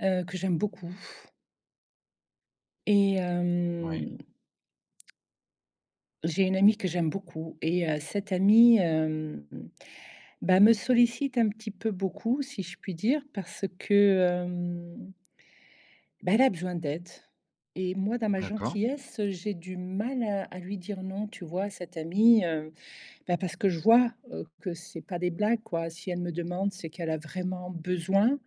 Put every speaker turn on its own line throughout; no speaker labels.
Que j'aime beaucoup et
Oui,
j'ai une amie que j'aime beaucoup et cette amie, bah, me sollicite un petit peu beaucoup, si je puis dire, parce que, hem, bah, elle a besoin d'aide et moi, dans ma
d'accord,
gentillesse, j'ai du mal à lui dire : « Non », tu vois? À cette amie, bah, parce que je vois, que c'est pas des blagues, quoi. Si elle me demande, c'est qu'elle a vraiment besoin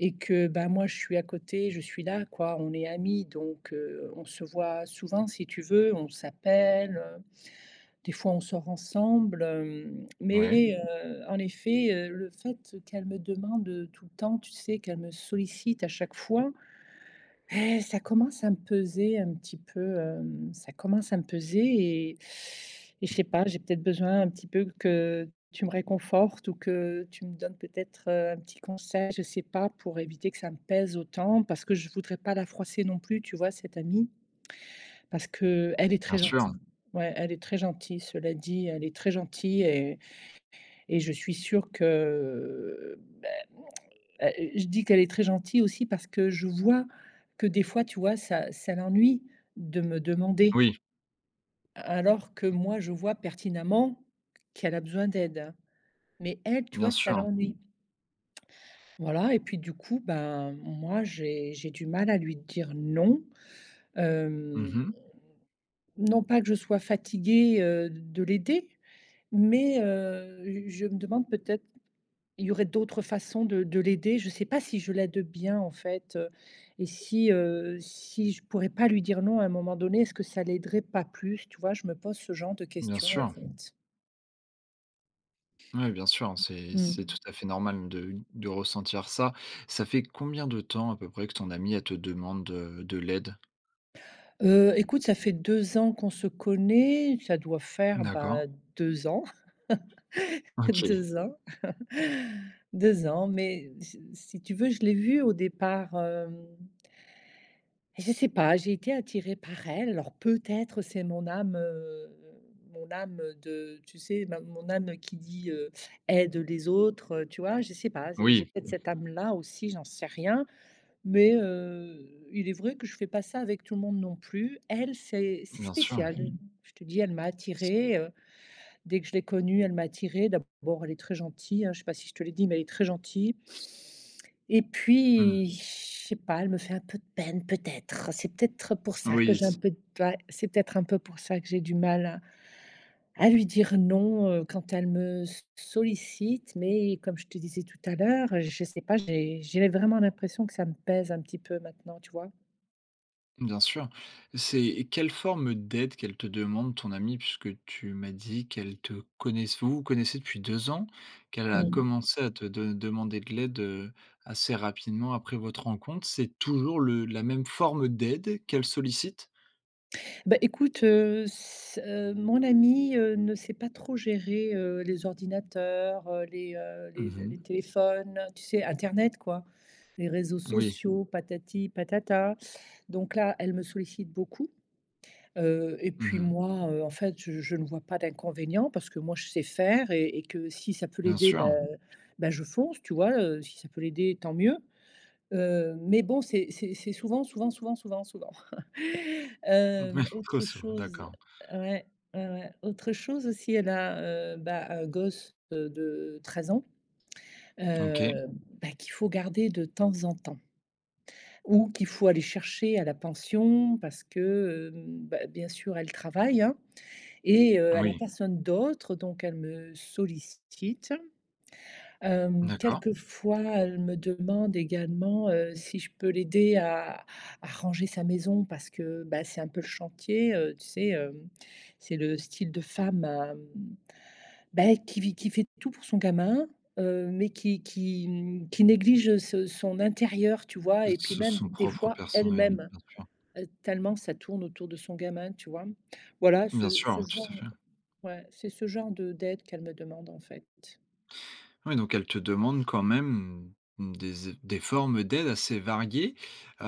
et que, ben moi, je suis à côté, je suis là, quoi. On est amis, donc on se voit souvent, si tu veux, on s'appelle, des fois, on sort ensemble,
oui,
mais en effet, le fait qu'elle me demande, tout le temps, tu sais, qu'elle me sollicite à chaque fois, ça commence à me peser un petit peu, ça commence à me peser et je sais pas, j'ai peut-être besoin un petit peu que tu me réconfortes ou que tu me donnes peut-être, un petit conseil, je sais pas, pour éviter que ça me pèse autant parce que je voudrais pas la froisser non plus, tu vois, cette amie, parce qu'elle est très
bien sûr.
gentille. Ouais, elle est très gentille, cela dit, elle est très gentille et je suis sûre que Heu, je dis qu'elle est très gentille aussi parce que je vois que des fois, tu vois, ça l'ennuie de me demander,
Oui,
alors que moi, je vois pertinemment qu'elle a besoin d'aide. Mais elle, tu vois,
bien
ça
sûr.
l'ennuie. Voilà et puis du coup, ben, moi, j'ai du mal à lui dire non. Hem,
Mhm.
non pas que je sois fatiguée, de l'aider, mais je me demande peut-être. Il y aurait d'autres façons de l'aider. Je ne sais pas si je l'aide bien, en fait. Et si, si je ne pourrais pas lui dire non à un moment donné, est-ce que ça l'aiderait pas plus? Tu vois? Je me pose ce genre de
Bien
questions, en
sûr.
fait.
Ouais, bien sûr, c'est
Mmh.
tout à fait normal de ressentir ça. Ça fait combien de temps à peu près que ton amie, elle te demande, de l'aide?
Écoute, ça fait 2 ans qu'on se connaît, ça doit faire, bah,
D'accord,
2 ans,
OK.
2 ans, 2 ans, mais si tu veux, je l'ai vu au départ. Hem Je sais pas, j'ai été attirée par elle. Alors peut-être c'est mon âme de tu sais, ma mon âme qui dit, Aide les autres », tu vois? Je sais pas, j'ai
Oui,
peut-être cette âme-là aussi, j'en sais rien, mais il est vrai que je fais pas ça avec tout le monde non plus. Elle, c'est
bien sûr.
spécial. Mhm. Je te dis, elle m'a
S
attirée, dès que je l'ai connue, elle m'a attirée. D'abord, elle est très gentille, hein, je sais pas si je te l'ai dit, mais elle est très gentille. Et
mmh,
puis, je sais pas, elle me fait un peu de peine peut-être. C'est peut-être pour ça que
oui.
j'ai un peu de. Ouais, c'est peut-être un peu pour ça que j'ai du mal à lui dire non, quand elle me s sollicite. Mais comme je te disais tout à l'heure, je sais pas, j'ai vraiment l'impression que ça me pèse un petit peu maintenant, tu vois?
Bien sûr. C'est quelle forme d'aide qu'elle te demande, ton amie, puisque tu m'as dit qu'elle te connaisse vous connaissez depuis 2 ans, qu'elle a
Mmh.
commencé à te de demander de l'aide, assez rapidement après votre rencontre. C'est toujours le la même forme d'aide qu'elle sollicite?
Bah, écoute, s mon amie, ne sait pas trop gérer, les ordinateurs, les, les
Mmh.
téléphones, tu sais, internet, quoi. Les réseaux
Oui.
sociaux, patati patata. Donc là, elle me sollicite beaucoup, et puis
Mmh.
moi, en fait, je ne vois pas d'inconvénient parce que moi, je sais faire et que si ça peut
Bien
l'aider, bah,
sûr.
bah, je fonce, tu vois? Si ça peut l'aider, tant mieux. Mais bon, c'est souvent, souvent, souvent, souvent, souvent.
trop
Autre
sou
chose,
d'accord.
ouais, ouais, ouais, autre chose aussi, elle a, bah, un gosse, de 13 ans,
OK.
heu, bah, qu'il faut garder de temps en temps ou qu'il faut aller chercher à la pension parce que, bah, bien sûr, elle travaille, hein et elle a
Oui.
personne d'autre donc elle me sollicite.
D'accord.
Quelquefois, elle me demande également, si je peux l'aider à ranger sa maison parce que, bah, c'est un peu le chantier, tu sais, c'est le style de femme à, mmh, bah, qui vi qui fait tout pour son gamin, mais qui néglige, ce son intérieur, tu vois? Et puis
S
même
Son
des
propre
fois
personne,
elle-même,
bien sûr.
tellement ça tourne autour de son gamin, tu vois? Voilà,
Bien
ce
sûr, ouais,
genre
tout à fait.
ouais, c'est ce genre de d'aide qu'elle me demande, en fait.
Oui, donc elle te demande quand même des formes d'aide assez variées.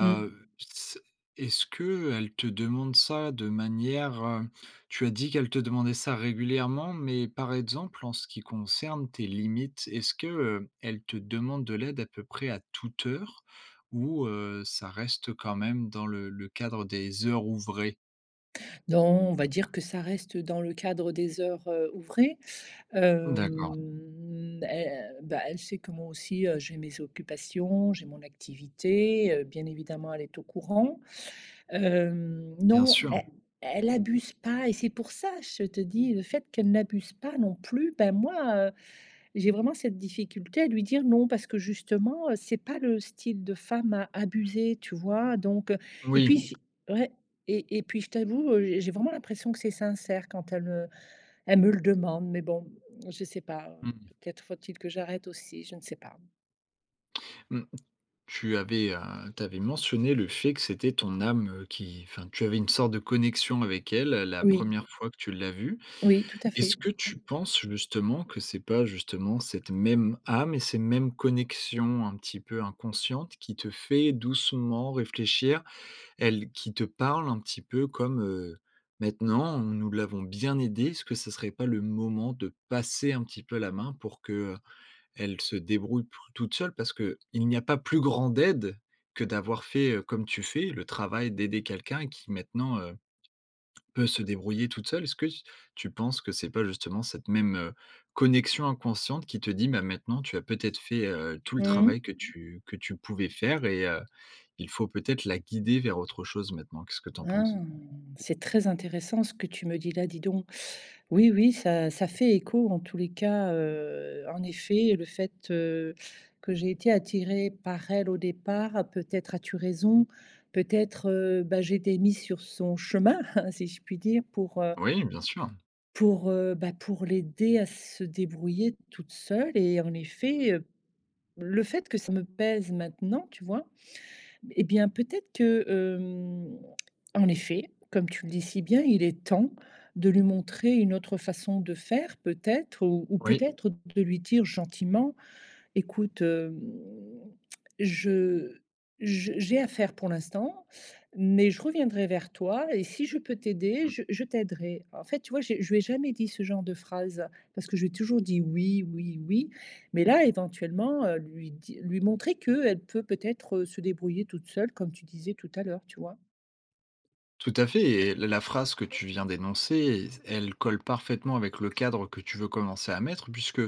Mmh.
C Est-ce que elle te demande ça de manière, tu as dit qu'elle te demandait ça régulièrement, mais par exemple en ce qui concerne tes limites, est-ce que, elle te demande de l'aide à peu près à toute heure ou, ça reste quand même dans le cadre des heures ouvrées?
Non, on va dire que ça reste dans le cadre des heures, ouvrées. Mmh.
D'accord,
Elle, bah, elle sait que moi aussi, j'ai mes occupations, j'ai mon activité, bien évidemment, elle est au courant.
bien
Non,
sûr.
elle abuse pas et c'est pour ça, je te dis, le fait qu'elle n'abuse pas non plus, ben, moi, j'ai vraiment cette difficulté à lui dire : « Non » parce que justement, c'est pas le style de femme à abuser, tu vois? Donc, et puis Mmh.
Oui.
j ouais et puis je t'avoue, j'ai vraiment l'impression que c'est sincère quand elle me le demande, mais bon, je sais pas,
Mmh.
peut-être faut-il que j'arrête aussi, je ne sais pas.
Mmh. Tu avais mentionné le fait que c'était ton âme, qui enfin, tu avais une sorte de connexion avec elle, la
Oui,
première fois que tu l'as vue.
oui, tout à fait.
Est-ce que tu penses justement que c'est pas justement cette même âme et ces mêmes connexions un petit peu inconscientes qui te fait doucement réfléchir? Elle qui te parle un petit peu comme, «Maintenant, nous l'avons bien aidée, est-ce que ce serait pas le moment de passer un petit peu la main pour que, elle se débrouille p toute seule parce que il n'y a pas plus grande aide que d'avoir fait, comme tu fais, le travail d'aider quelqu'un qui maintenant, peut se débrouiller toute seule. Est-ce que s tu penses que c'est pas justement cette même, connexion inconsciente qui te dit: «Bah, maintenant tu as peut-être fait, tout le
Mmh.
travail que tu pouvais faire et il faut peut-être la guider vers autre chose maintenant»? Qu'est-ce que tu en
Ah!
penses?
C'est très intéressant ce que tu me dis là, dis donc. Oui, oui, ça fait écho en tous les cas, en effet, le fait, que j'ai été attirée par elle au départ, peut-être as-tu raison, peut-être, bah, j'ai été mise sur son chemin, si je puis dire, pour.
Oui, bien sûr.
Pour, bah, pour l'aider à se débrouiller toute seule et en effet, le fait que ça me pèse maintenant, tu vois? Et bien, peut-être que, en effet, comme tu le dis si bien, il est temps de lui montrer une autre façon de faire peut-être ou
Oui.
peut-être de lui dire gentiment. Écoute, hem, je je j'ai affaire pour l'instant, mais je reviendrai vers toi et si je peux t'aider, je t'aiderai. En fait, tu vois, j'ai je lui ai jamais dit ce genre de phrase parce que je lui ai toujours dit : « Oui, oui, oui », mais là, éventuellement, lui montrer qu'elle peut peut-être, se débrouiller toute seule comme tu disais tout à l'heure, tu vois?
Tout à fait, et la phrase que tu viens d'énoncer, elle colle parfaitement avec le cadre que tu veux commencer à mettre, puisque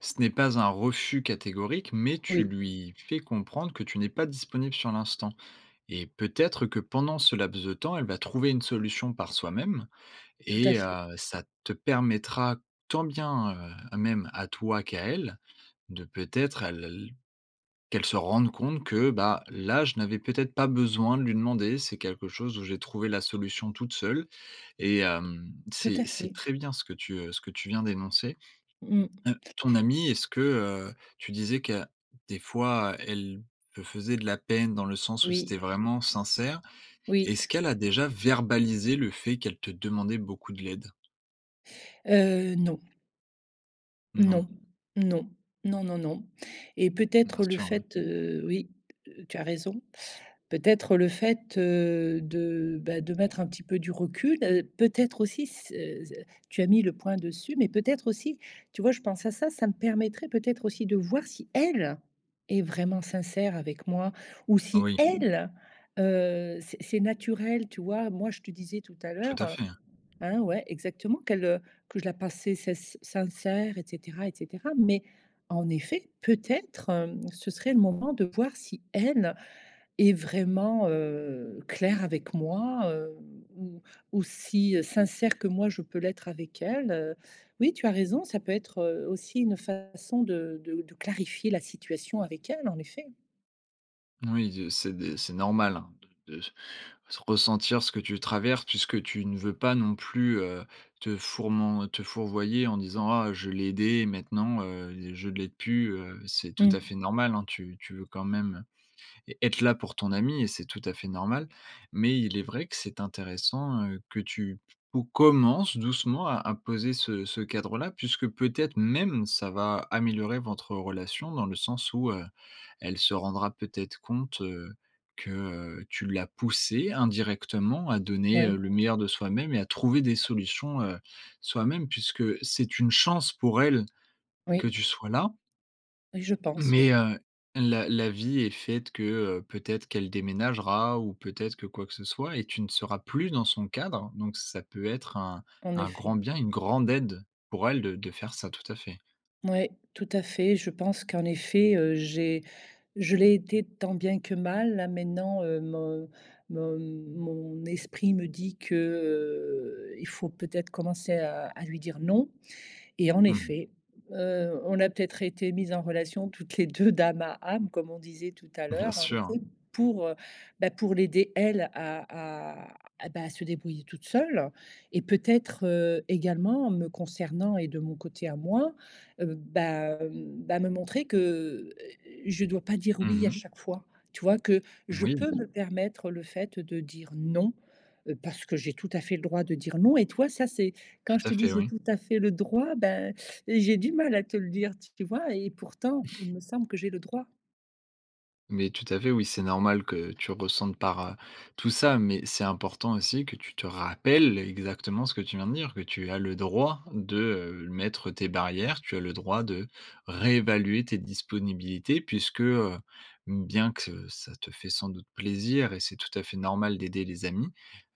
ce n'est pas un refus catégorique, mais tu
Oui,
lui fais comprendre que tu n'es pas disponible sur l'instant. Et peut-être que pendant ce laps de temps, elle va trouver une solution par soi-même,
tout à
et
fait,
ça te permettra tant bien, même à toi qu'à elle, de peut-être elle qu'elle se rende compte que, bah, là, je n'avais peut-être pas besoin de lui demander, c'est quelque chose où j'ai trouvé la solution toute seule et hem,
tout
c'est
à
c'est
fait.
très bien ce que tu viens d'énoncer.
Mmh.
Ton amie, est-ce que, tu disais que des fois, elle te faisait de la peine dans le sens où
Oui,
c'était vraiment sincère.
oui.
Est-ce qu'elle a déjà verbalisé le fait qu'elle te demandait beaucoup de l'aide?
Non.
Non,
Non, non, non, non, non et
bien
peut-être le
sûr, hein.
fait, oui, tu as raison. Peut-être le fait, de, bah, de mettre un petit peu du recul, peut-être aussi s tu as mis le point dessus, mais peut-être aussi, tu vois, je pense à ça, ça me permettrait peut-être aussi de voir si elle est vraiment sincère avec moi ou si
Oui,
elle, c'est naturel, tu vois? Moi, je te disais tout à
tout à
l'heure.
fait.
Hein, ouais, exactement, qu'elle, que je la passais sess sincère et cetera et cetera. Mais en effet, peut-être, ce serait le moment de voir si elle est vraiment, claire avec moi, ou aussi, sincère que moi je peux l'être avec elle. Oui, tu as raison, ça peut être, aussi une façon de clarifier la situation avec elle, en effet.
Oui, de c'est des c'est normal, hein, de ressentir ce que tu traverses puisque tu ne veux pas non plus, te fourvoyer en disant: «Ah, je l'ai aidé et maintenant, je ne l'aide plus», c'est tout
Mmh.
à fait normal, hein. Tu veux quand même, être là pour ton ami et c'est tout à fait normal. Mais il est vrai que c'est intéressant, que tu pou commences doucement à poser ce cadre-là puisque peut-être même ça va améliorer votre relation dans le sens où, elle se rendra peut-être compte, que, tu l'as poussée indirectement à donner,
Oui,
le meilleur de soi-même et à trouver des solutions, soi-même puisque c'est une chance pour elle que
oui,
tu sois là.
oui, je pense, oui,
Mais, la vie est faite que, peut-être qu'elle déménagera ou peut-être que quoi que ce soit et tu ne seras plus dans son cadre, donc ça peut être
en
un
effet.
grand bien, une grande aide pour elle de faire ça, tout à fait.
Oui, tout à fait, je pense qu'en effet, j'ai je l'ai été tant bien que mal. Là, maintenant, mon esprit me dit que, il faut peut-être commencer à lui dire non. Et en
Mmh.
effet, on a peut-être été mises en relation toutes les 2 d'âme à âme, comme on disait tout à
Bien
l'heure, en
sûr.
effet, pour, bah, pour l'aider elle à bah, à se débrouiller toute seule et peut-être, également me concernant et de mon côté à moi, bah, me montrer que, je ne dois pas dire oui à
Mmh.
chaque fois. Tu vois? Que je
Oui,
peux me permettre le fait de dire non, parce que j'ai tout à fait le droit de dire non et toi ça c'est quand
tout
je
à
te dis : «
fait,
J'ai
oui.
tout à fait le droit », ben, j'ai du mal à te le dire, tu vois? Et pourtant, il me semble que j'ai le droit.
Mais tout à fait, oui, c'est normal que tu ressentes par, tout ça, mais c'est important aussi que tu te rappelles exactement ce que tu viens de dire, que tu as le droit de, mettre tes barrières, tu as le droit de réévaluer tes disponibilités puisque, bien que ça te fait sans doute plaisir et c'est tout à fait normal d'aider les amis,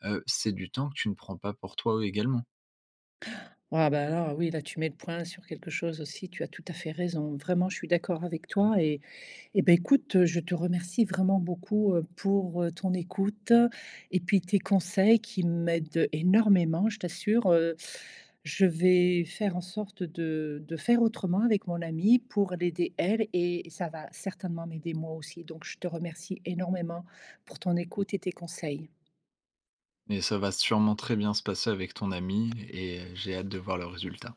c'est du temps que tu ne prends pas pour toi également
Ah, bah, alors oui, là, tu mets le point sur quelque chose aussi, tu as tout à fait raison. Vraiment, je suis d'accord avec toi et. Eh ben, écoute, je te remercie vraiment beaucoup, pour, ton écoute et puis tes conseils qui m'aident énormément, je t'assure. Je vais faire en sorte de faire autrement avec mon amie pour l'aider elle et ça va certainement m'aider moi aussi. Donc je te remercie énormément pour ton écoute et tes conseils.
et ça va sûrement très bien se passer avec ton ami et j'ai hâte de voir le résultat.